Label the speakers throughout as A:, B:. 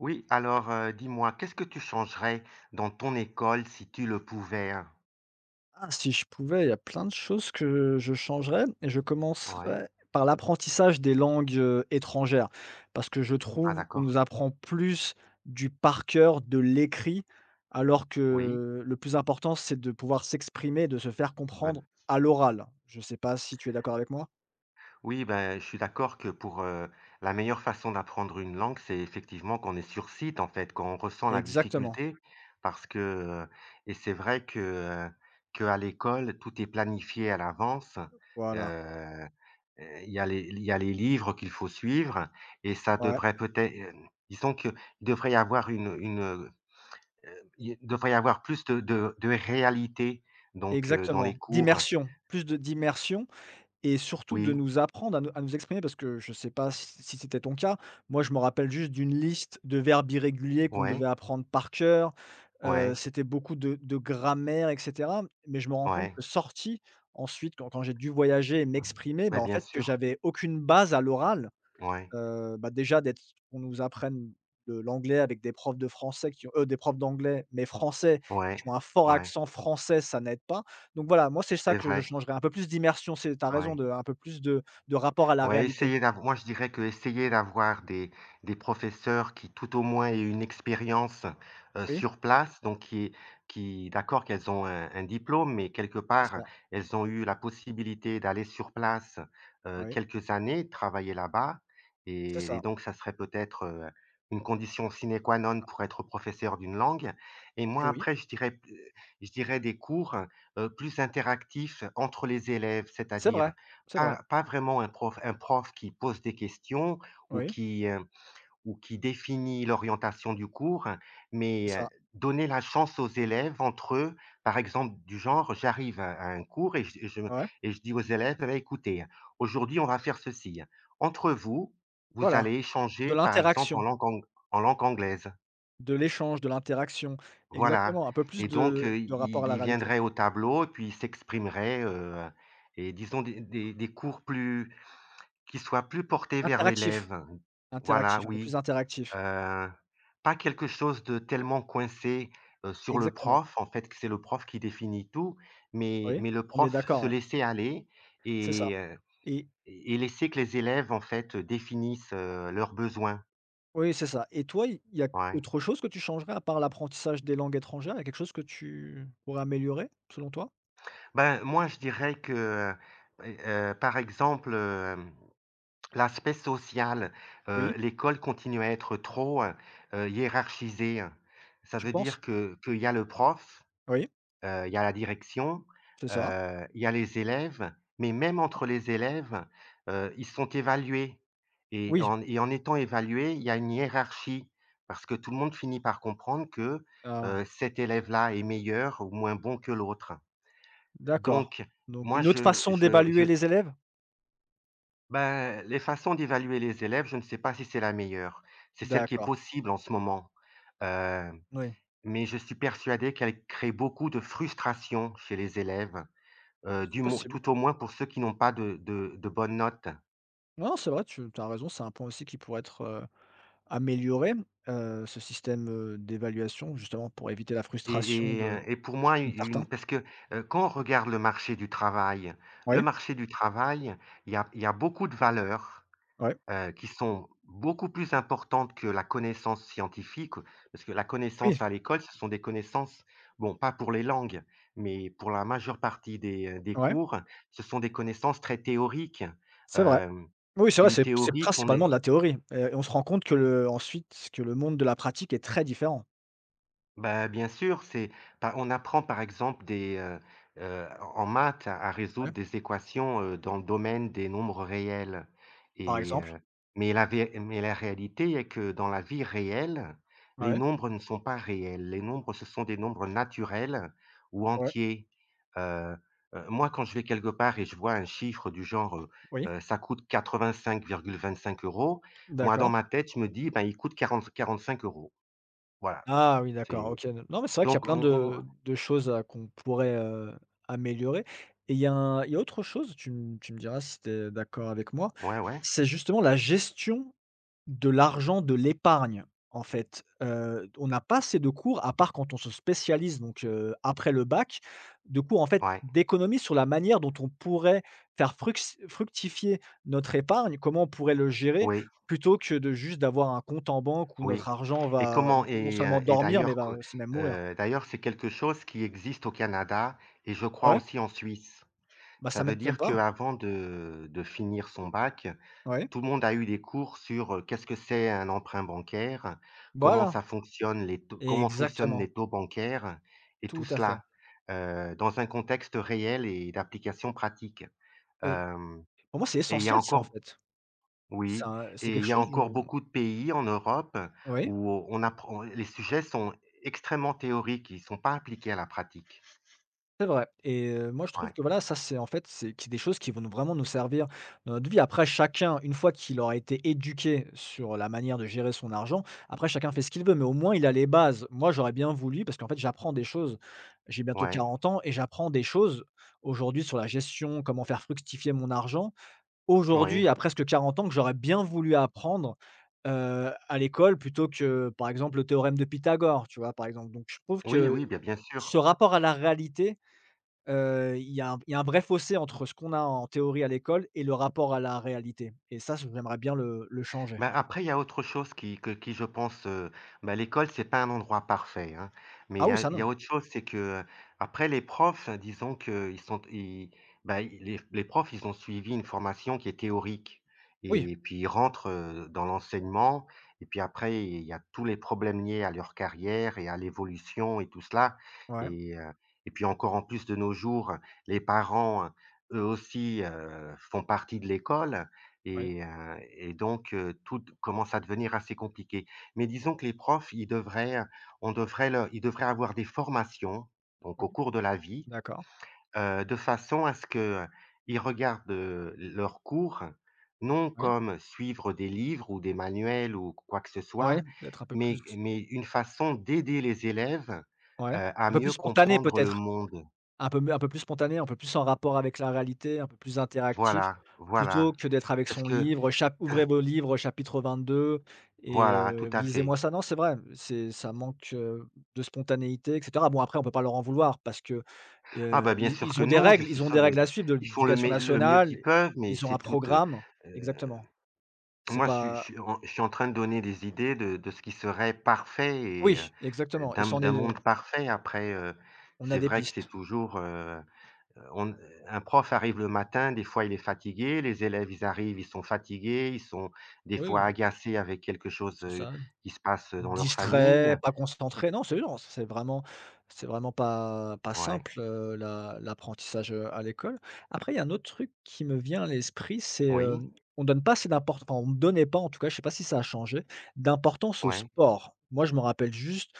A: Oui, alors, dis-moi, qu'est-ce que tu changerais dans ton école si tu le pouvais, hein?
B: Ah, si je pouvais, il y a plein de choses que je changerais et je
A: Ouais.
B: commencerais par l'apprentissage des langues, étrangères. Parce que je
A: Ah
B: trouve qu'on
A: d'accord.
B: nous apprend plus du par cœur, de l'écrit, alors
A: Oui.
B: que le plus important, c'est de pouvoir s'exprimer, de se faire comprendre
A: Ben,
B: à l'oral. Je sais pas si tu es d'accord avec moi?
A: oui, ben, je suis d'accord que pour, la meilleure façon d'apprendre une langue, c'est effectivement qu'on est sur site, en fait, qu'on ressent la
B: Exactement,
A: difficulté parce que, heu et c'est vrai que, heu, qu'à l'école, tout est planifié à l'avance. Heu,
B: voilà,
A: il y a les livres qu'il faut suivre et ça
B: ouais,
A: devrait peut-être, disons qu'il devrait y avoir une. Il devrait y avoir plus de réalité donc dans les
B: exactement,
A: cours.
B: d'immersion, plus de d'immersion Et surtout de
A: Oui,
B: nous apprendre à nous exprimer parce que je ne sais pas si c'était ton cas. Moi, je me rappelle juste d'une liste de verbes irréguliers qu'on devait
A: ouais,
B: apprendre par cœur.
A: ouais,
B: C'était beaucoup de grammaire et cetera. Mais je me rends compte
A: ouais,
B: que ensuite, quand j'ai dû voyager et m'exprimer,
A: bah,
B: bah, en
A: bien
B: fait, que
A: sûr.
B: j'avais aucune base à l'oral.
A: Ouais,
B: Bah, déjà d'être qu'on nous apprenne le l'anglais avec des profs de français qui ont des profs d'anglais, mais français,
A: ouais,
B: qui ont un fort
A: ouais,
B: accent français, ça n'aide pas. Donc voilà, moi, c'est ça
A: c'est
B: que je
A: vrai,
B: changerais, un peu plus d'immersion, c'est t'as raison,
A: ouais.
B: de un peu plus de rapport à la
A: Ouais,
B: réalité.
A: essayer d'avoir, moi je dirais que essayer d'avoir des professeurs qui tout au moins aient une expérience,
B: Oui,
A: sur place, donc qui d'accord qu'elles ont un diplôme, mais quelque
B: c'est
A: part,
B: ça,
A: elles ont eu la possibilité d'aller sur place,
B: oui,
A: quelques années, travailler là-bas
B: c'est
A: et
B: ça
A: donc ça serait peut-être, une condition sine qua non pour être professeur d'une langue et
B: et
A: moi
B: oui,
A: après je dirais des cours, plus interactifs entre les élèves,
B: c'est
A: c'est-à-dire
B: vrai, c'est vrai,
A: pas vraiment un prof qui pose des questions ou
B: oui,
A: qui, heu, ou qui définit l'orientation du cours, hein, mais,
B: c'est ça,
A: donner la chance aux élèves entre eux, par exemple du genre, j'arrive à un cours
B: ouais,
A: et je dis aux élèves: «Bah, écoutez, aujourd'hui, on va faire ceci. Entre vous, vous
B: voilà,
A: allez
B: de
A: échanger, par exemple,
B: l'interaction,
A: en langue anglaise».
B: de l'échange, de l'interaction,
A: Voilà
B: exactement, un peu
A: et
B: plus
A: donc,
B: de rapport à
A: ils
B: la
A: ils
B: réalité.
A: viendraient au tableau et puis ils s'exprimeraient, et disons des cours plus qui soit plus porté vers
B: Interactif,
A: l'élève. Voilà,
B: interactif, un peu
A: oui,
B: plus interactif,
A: heu, pas quelque chose de tellement coincé, sur le
B: exactement,
A: prof, en fait, que c'est le prof qui définit tout, mais
B: oui,
A: mais le
B: on est
A: prof
B: d'accord,
A: se
B: ouais.
A: laisser aller
B: C'est ça
A: et heu
B: et
A: et laisser que les élèves, en fait, définissent, leurs besoins.
B: oui, c'est ça et toi, il y a
A: Ouais.
B: autre chose que tu changerais à part l'apprentissage des langues étrangères? Il y a quelque chose que tu pourrais améliorer selon toi?
A: Ben, moi, je dirais que, par exemple, l'aspect social,
B: Oui.
A: l'école continue à être trop, hiérarchisée. Ça
B: Tu
A: veut
B: penses?
A: dire que qu'il y a le prof,
B: Oui,
A: Il y a la direction,
B: c'est ça.
A: il y a les élèves, mais même entre les élèves, ils sont évalués
B: Oui,
A: et en étant évalués, il y a une hiérarchie parce que tout le monde finit par comprendre que,
B: ah,
A: cet élève-là est meilleur ou moins bon que l'autre.
B: d'accord,
A: Donc
B: donc
A: moi,
B: une autre façon
A: je
B: d'évaluer les élèves?
A: ben, les façons d'évaluer les élèves, je ne sais pas si c'est la meilleure. C'est celle qui est
B: D'accord,
A: possible en ce moment, heu,
B: oui,
A: mais je suis persuadé qu'elle crée beaucoup de frustration chez les élèves.
B: c'est
A: Du moins
B: possible.
A: tout au moins pour ceux qui n'ont pas de bonnes notes
B: Non, c'est vrai, tu as raison, c'est un point aussi qui pourrait être, amélioré, ce système, d'évaluation justement pour éviter la frustration de
A: et pour moi u
B: de
A: une
B: certains.
A: parce que, quand on regarde le marché du travail, le
B: Oui,
A: marché du travail, il y a beaucoup de valeurs,
B: oui.
A: qui sont beaucoup plus importantes que la connaissance scientifique, parce que la
B: Oui,
A: connaissance à l'école, ce sont des connaissances, bon, pas pour les langues, mais pour la majeure partie des
B: ouais,
A: cours, ce sont des connaissances très théoriques.
B: c'est vrai.
A: Hem,
B: Oui, c'est vrai,
A: une
B: c'est
A: théorie qu'on
B: principalement de
A: est.
B: la théorie et on se rend compte que le ensuite, que le monde de la pratique est très différent.
A: Bah, bien sûr, c'est bah, on apprend par exemple des, en maths à résoudre
B: Ouais.
A: des équations, dans le domaine des nombres réels
B: Par
A: et
B: exemple?
A: heu, mais la vé mais la réalité est que dans la vie réelle, les
B: Ouais,
A: nombres ne sont pas réels. Les nombres, ce sont des nombres naturels ou
B: ouais,
A: entiers. Heu Moi, quand je vais quelque part et je vois un chiffre du genre,
B: oui,
A: ça coûte 85,25 euros, moi, dans
B: d'accord.
A: ma tête, je me dis: «Ben, il coûte 40 45 euros. Voilà,
B: Ah oui, d'accord,
A: c'est
B: OK. Non, mais c'est vrai qu'il y a
A: donc
B: plein de choses, qu'on pourrait, améliorer et il y a autre chose, tu me diras si tu es d'accord avec moi,
A: on ouais, ouais,
B: c'est justement la gestion de l'argent, de l'épargne, en fait. On n'a pas assez de cours, à part quand on se spécialise, donc après le bac, de cours, en fait,
A: ouais,
B: d'économie sur la manière dont on pourrait faire fructifier notre épargne, comment on pourrait le gérer,
A: oui,
B: plutôt que de juste d'avoir un compte en banque où
A: oui.
B: notre argent
A: et
B: va
A: comment
B: non seulement
A: et
B: dormir, mais
A: d'ailleurs que,
B: va aussi même mourir.
A: D'ailleurs c'est quelque chose qui existe au Canada et je crois
B: Ouais,
A: aussi en Suisse.
B: bah,
A: Ça
B: ça
A: veut
B: m'étonne
A: dire
B: pas.
A: qu'avant de finir son bac,
B: Ouais,
A: tout le monde a eu des cours sur, qu'est-ce que c'est un emprunt bancaire?
B: voilà,
A: Comment fonctionnent
B: exactement,
A: les taux bancaires? Et tout
B: tout à fait.
A: cela, dans un contexte réel et d'application pratique.
B: Oui,
A: Hem
B: pour moi, c'est
A: Et il y a
B: essentiel ça, en
A: encore.
B: fait. C'est
A: Oui
B: un c'est
A: et
B: quelque
A: il y a
B: chose,
A: encore beaucoup de pays en Europe
B: oui.
A: où on apprend les sujets sont extrêmement théoriques, ils sont pas appliqués à la pratique.
B: C'est vrai et moi je trouve
A: Ouais,
B: que voilà, ça c'est en fait, c'est qui des choses qui vont nous vraiment nous servir dans notre vie. Après chacun, une fois qu'il aura été éduqué sur la manière de gérer son argent, après chacun fait ce qu'il veut, mais au moins il a les bases. Moi j'aurais bien voulu parce qu'en fait j'apprends des choses. J'ai bientôt
A: ouais,
B: 40 ans et j'apprends des choses aujourd'hui sur la gestion, comment faire fructifier mon argent.
A: oui.
B: Aujourd'hui, à presque 40 ans, que j'aurais bien voulu apprendre, à l'école plutôt que, par exemple, le théorème de Pythagore, tu vois? Par exemple, donc je trouve
A: Oui, oui,
B: que
A: bien sûr.
B: ce rapport à la réalité, il y a un vrai fossé entre ce qu'on a en théorie à l'école et le rapport à la réalité et ça, j'aimerais bien le changer.
A: Bah, après, il y a autre chose qui que qui je pense, bah, l'école, c'est pas un endroit parfait, hein, mais
B: Ah oui, ça
A: il y
B: non.
A: a autre chose, c'est que, après, les profs, disons qu'ils sont ils bah, ils ben, les profs, ils ont suivi une formation qui est théorique
B: Oui,
A: et puis ils rentrent, dans l'enseignement et puis après il y a tous les problèmes liés à leur carrière et à l'évolution et tout cela
B: ouais,
A: et heu et puis encore en plus de nos jours, les parents, eux aussi, font partie de l'école
B: oui,
A: et donc tout commence à devenir assez compliqué. Mais disons que les profs, ils devraient, on devrait leur ils devraient avoir des formations, donc au
B: oui,
A: cours de la vie,
B: d'accord,
A: de façon à ce que ils regardent, leurs cours non
B: oui,
A: comme suivre des livres ou des manuels ou quoi que ce soit,
B: ouais, d'être un peu plus
A: mais une façon d'aider les élèves,
B: ouais,
A: à
B: un peu plus
A: mieux
B: spontané
A: comprendre le
B: peut-être?
A: monde.
B: Un peu plus spontané, un peu plus en rapport avec la réalité, un peu plus interactif,
A: Voilà, voilà.
B: plutôt que d'être avec
A: Parce
B: son
A: que
B: livre, chap «Ouvrez vos livres, chapitre 22 et
A: voilà, tout à fait.
B: lisez-moi ça». Non, c'est vrai, c'est ça manque, de spontanéité et cetera. Bon après, on peut pas leur en vouloir parce que,
A: Ah bah, bien
B: ils
A: sûr
B: ils
A: que
B: ont des
A: non, je
B: règles
A: suis
B: ils ont
A: sûr,
B: des règles à suivre de
A: ils font
B: l'éducation
A: le mieux
B: nationale,
A: qu'ils peuvent, mais
B: ils ont
A: c'est
B: un
A: tout,
B: programme.
A: heu,
B: Exactement. C'est
A: moi,
B: pas
A: je suis en train de donner des idées de ce qui serait parfait et heu,
B: oui, exactement et
A: d'un
B: ça on
A: d'un
B: est
A: monde parfait. Après,
B: on a
A: c'est
B: des
A: vrai que c'est
B: pistes.
A: toujours, on un prof arrive le matin, des fois il est fatigué, les élèves, ils arrivent, ils sont fatigués, ils sont des fois
B: Oui,
A: agacés avec quelque chose,
B: c'est ça.
A: qui se passe dans leur famille.
B: Distrait, pas concentré. Non, c'est vraiment pas
A: Ouais,
B: simple, l'apprentissage, à l'école. Après, il y a un autre truc qui me vient à l'esprit, c'est,
A: oui,
B: on donne pas assez d'importan enfin, on ne donnait pas en tout cas, je sais pas si ça a changé, d'importance au
A: ouais,
B: sport. Moi, je me rappelle juste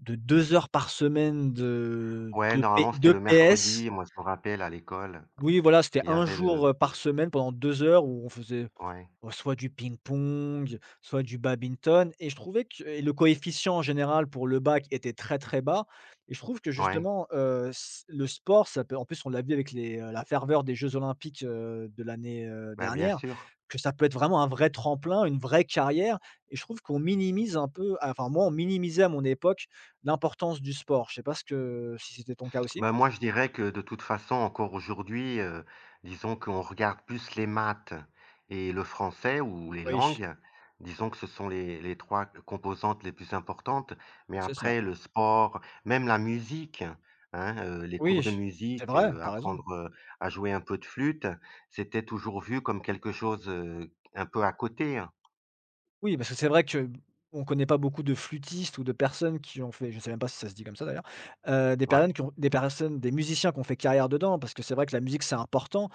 B: de 2 heures par semaine de
A: ouais,
B: de P
A: normalement, c'était
B: de
A: le
B: PS
A: mercredi, moi, je me rappelle à l'école.
B: oui, voilà, c'était
A: Il y
B: un
A: avait le
B: jour, par semaine pendant 2 heures où on faisait,
A: Ouais,
B: oh, soit du ping-pong, soit du badminton et je trouvais que et le coefficient en général pour le bac était très, très bas et je trouve que
A: ouais,
B: justement, s le sport, ça peut en plus, on l'a vu avec la ferveur des jeux olympiques, de l'année,
A: bah, bien
B: dernière,
A: sûr.
B: que ça peut être vraiment un vrai tremplin, une vraie carrière et je trouve qu'on minimise un peu, enfin, moi, on minimisait à mon époque l'importance du sport. Je sais pas ce que si c'était ton cas aussi?
A: Bah, moi, je dirais que de toute façon, encore aujourd'hui, disons qu'on regarde plus les maths et le français ou les
B: Oui,
A: langues. Disons que ce sont les 3 composantes les plus importantes, mais
B: c'est ça.
A: après le sport, même la musique, hein, les cours de
B: Oui, c'est
A: musique,
B: vrai, tu as raison.
A: apprendre, à jouer un peu de flûte, c'était toujours vu comme quelque chose, un peu à côté, hein.
B: Oui, parce que c'est vrai que, on connaît pas beaucoup de flûtistes ou de personnes qui ont fait je sais même pas si ça se dit comme ça d'ailleurs, des
A: Ouais,
B: personnes qui ont des personnes, des musiciens qui ont fait carrière dedans parce que c'est vrai que la musique c'est important,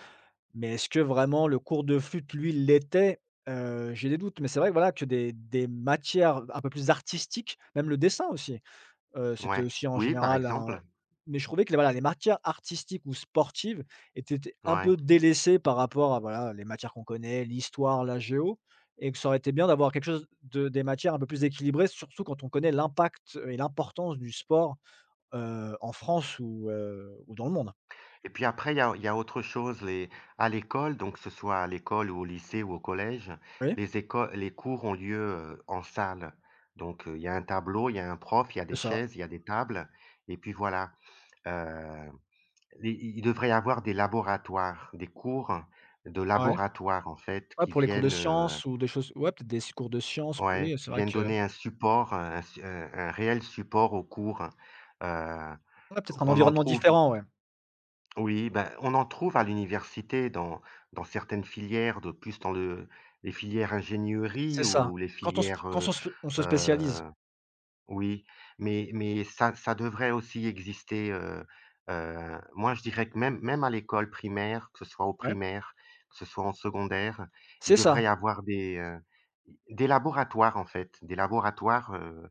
B: mais est-ce que vraiment le cours de flûte, lui, l'était? J'ai des doutes, mais c'est vrai que voilà que des matières un peu plus artistiques, même le dessin aussi. C'était
A: ouais.
B: aussi en
A: Oui, par
B: général un
A: exemple,
B: mais je trouvais que les voilà, les matières artistiques ou sportives étaient t un
A: ouais.
B: peu délaissées par rapport à voilà, les matières qu'on connaît, l'histoire, la géo et que ça aurait été bien d'avoir quelque chose de des matières un peu plus équilibrées, surtout quand on connaît l'impact et l'importance du sport, en France ou dans le monde.
A: Et puis après, il y a autre chose, les à l'école, donc que ce soit à l'école ou au lycée ou au collège,
B: Oui,
A: les écoles, les cours ont lieu, en salle. Donc, il y a un tableau, il y a un prof, il y a des
B: c'est ça.
A: chaises, il y a des tables et puis voilà. Heu, les Il devrait y avoir des laboratoires, des cours de
B: Ouais.
A: laboratoire en fait
B: Ouais,
A: qui
B: pour les cours de
A: viennent,
B: sciences ou des choses ouais, peut-être des cours de sciences,
A: ouais,
B: oui,
A: qui
B: c'est vrai
A: viennent
B: que
A: donner un support, un su un réel support aux cours. Heu,
B: ouais, peut-être un
A: on en
B: environnement
A: trouve
B: différent, ouais.
A: Oui, ben on en trouve à l'université dans certaines filières de plus dans le les filières ingénierie
B: C'est ça.
A: ou les
B: Quand on se
A: filières,
B: quand on se on se spécialise.
A: heu, oui, mais ça devrait aussi exister, moi je dirais que même à l'école primaire, que ce soit au
B: Ouais,
A: primaire, que ce soit en secondaire, il
B: c'est
A: devrait
B: ça.
A: y avoir des laboratoires en fait, des laboratoires,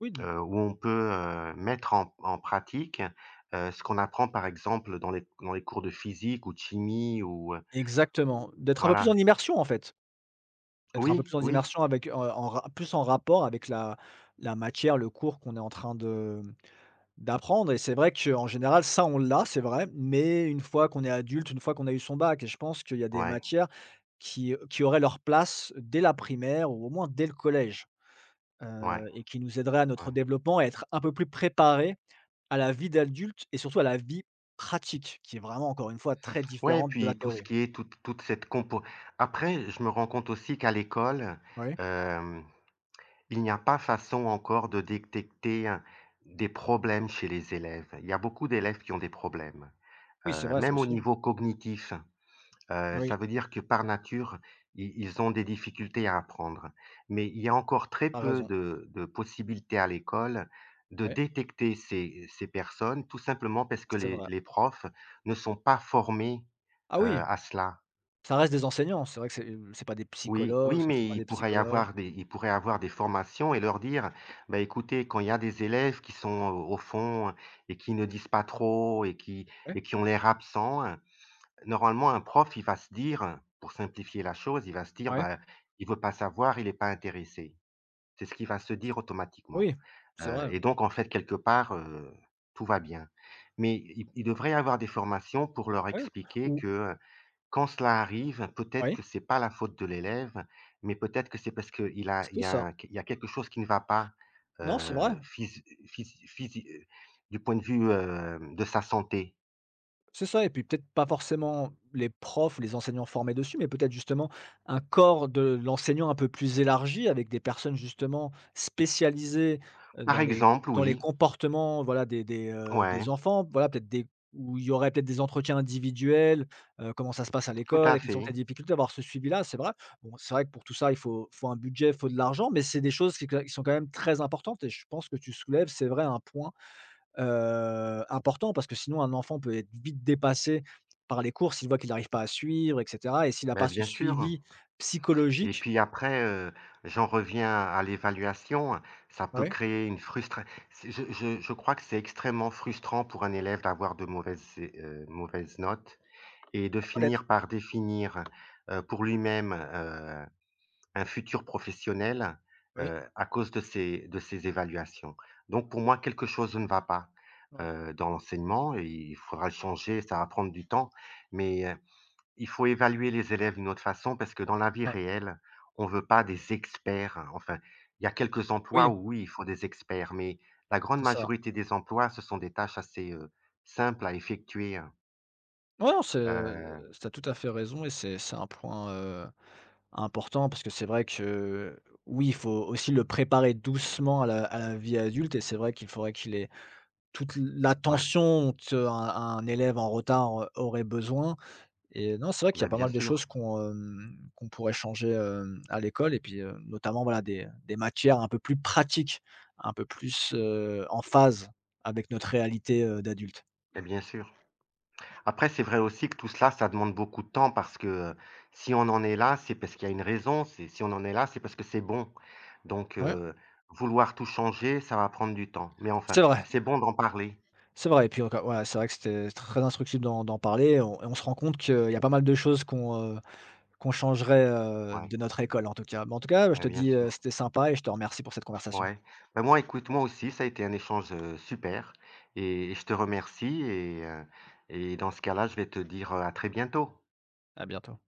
B: Oui, d
A: où on peut, mettre en pratique, ce qu'on apprend, par exemple, dans les cours de physique ou de chimie
B: exactement,
A: ou voilà.
B: d'être un peu
A: Oui,
B: plus en
A: oui,
B: immersion avec, en ra plus en rapport avec la matière, le cours qu'on est en train de d'apprendre et c'est vrai qu'en général, ça, on l'a, c'est vrai, mais une fois qu'on est adulte, une fois qu'on a eu son bac et je pense qu'il y a des
A: ouais,
B: matières qui auraient leur place dès la primaire ou au moins dès le collège,
A: ouais,
B: et qui nous aideraient à
A: ouais.
B: notre développement, à être un peu plus préparés à la vie d'adulte et surtout à la vie pratique qui est vraiment, encore une fois, très
A: Ouais, et
B: différente de la
A: puis tout ce
B: théorie.
A: qui est toute toute cette compo après, je me rends compte aussi qu'à l'école,
B: Oui?
A: hem, il n'y a pas façon encore de détecter, des problèmes chez les élèves. Il y a beaucoup d'élèves qui ont des problèmes,
B: Oui, c'est vrai ça
A: même au
B: aussi.
A: niveau cognitif. Ça
B: Oui,
A: veut dire que par nature, i ils ont des difficultés à apprendre. Mais il y a encore très
B: tu
A: peu
B: raison.
A: de possibilités à l'école de
B: Oui,
A: détecter ces personnes, tout simplement parce que
B: c'est
A: les
B: vrai.
A: les profs ne sont pas formés,
B: Ah oui,
A: à cela.
B: ça reste des enseignants, c'est vrai que c'est pas des
A: Oui,
B: psychologues,
A: oui,
B: ce ne sont
A: mais
B: pas des psychologues.
A: il pourrait y avoir des formations et leur dire: «Bah, écoutez, quand il y a des élèves qui sont au fond et qui ne disent pas trop
B: Ouais,
A: et qui ont l'air absents. Normalement, un prof, il va se dire, hein, pour simplifier la chose, il va se dire:
B: ouais,
A: «Bah, il veut pas savoir, il est pas intéressé». C'est ce qu'il va se dire automatiquement,
B: oui, c'est vrai.
A: et donc en fait, quelque part, tout va bien. Mais il devrait y avoir des formations pour leur
B: Ouais,
A: expliquer
B: ou
A: que, quand cela arrive, peut-être
B: oui,
A: que c'est pas la faute de l'élève, mais peut-être que c'est parce qu'il a il
B: c'est
A: y
B: ça.
A: a il y a quelque chose qui ne va pas,
B: Non, c'est vrai.
A: phys phys physi du point de vue, de sa santé.
B: C'est ça et puis peut-être pas forcément les profs, les enseignants formés dessus, mais peut-être justement un corps de l'enseignant un peu plus élargi avec des personnes justement spécialisées, heu,
A: Par
B: dans les
A: exemple,
B: dans les
A: oui,
B: comportements, voilà, des des, heu,
A: ouais,
B: des enfants, voilà, peut-être des où il y aurait peut-être des entretiens individuels, comment ça se passe à
A: tout à
B: l'école, quelles sont
A: fait.
B: tes difficultés, avoir ce suivi-là, c'est vrai. Bon, c'est vrai que pour tout ça, il faut un budget, il faut de l'argent, mais c'est des choses qui sont quand même très importantes et je pense que tu soulèves, c'est vrai, un point important parce que sinon un enfant peut être vite dépassé par les cours s'il voit qu'il n'arrive pas à suivre et cetera et s'il n'a
A: Bah,
B: pas ce
A: bien sûr
B: suivi
A: et
B: psychologique.
A: puis après, j'en reviens à l'évaluation. Ça peut
B: Oui,
A: créer une frustration. Je crois que c'est extrêmement frustrant pour un élève d'avoir de mauvaises notes et de
B: ça peut l'être,
A: finir par définir, pour lui-même, un futur professionnel,
B: oui,
A: à cause de ces évaluations. Donc pour moi, quelque chose ne va pas,
B: ouais,
A: dans l'enseignement et il faudra le changer, ça va prendre du temps mais, il faut évaluer les élèves d'une autre façon parce que dans la vie
B: ouais,
A: réelle, on veut pas des experts, hein. Enfin, il y a quelques emplois
B: oui,
A: où oui, il faut des experts, mais la grande
B: c'est ça.
A: majorité des emplois, ce sont des tâches assez, simples à effectuer, hein.
B: Ouais, non, c'est
A: Heu,
B: t'as tout à fait raison et c'est un point, important parce que c'est vrai que, oui, il faut aussi le préparer doucement à la vie adulte et c'est vrai qu'il faudrait qu'il ait toute
A: ouais,
B: l'attention qu'un un élève en retard aurait besoin. Et non, c'est vrai qu'il y
A: Ben
B: a pas
A: bien
B: mal de choses
A: sûr,
B: qu'on pourrait changer, à l'école et puis, notamment, voilà, des matières un peu plus pratiques, un peu plus, en phase avec notre réalité, d'adulte.
A: bah, bien sûr. Après, c'est vrai aussi que tout cela, ça demande beaucoup de temps parce que, si on en est là, c'est parce qu'il y a une raison. C'est Si on en est là, c'est parce que c'est bon. Donc,
B: Ouais,
A: vouloir tout changer, ça va prendre du temps. Mais enfin,
B: c'est vrai,
A: c'est bon d'en parler.
B: c'est vrai et puis encore ouais, c'est vrai que c'était très instructif d'en parler. On et on se rend compte qu'il y a pas mal de choses qu'on changerait,
A: Ouais,
B: de notre école en tout cas. Mais en tout cas, je
A: bah,
B: te
A: bien
B: dis,
A: sûr.
B: c'était sympa et je te remercie pour cette conversation.
A: Ouais. Bah, moi, écoute, moi aussi, ça a été un échange, super et je te remercie et dans ce cas-là, je vais te dire, à très bientôt.
B: À bientôt.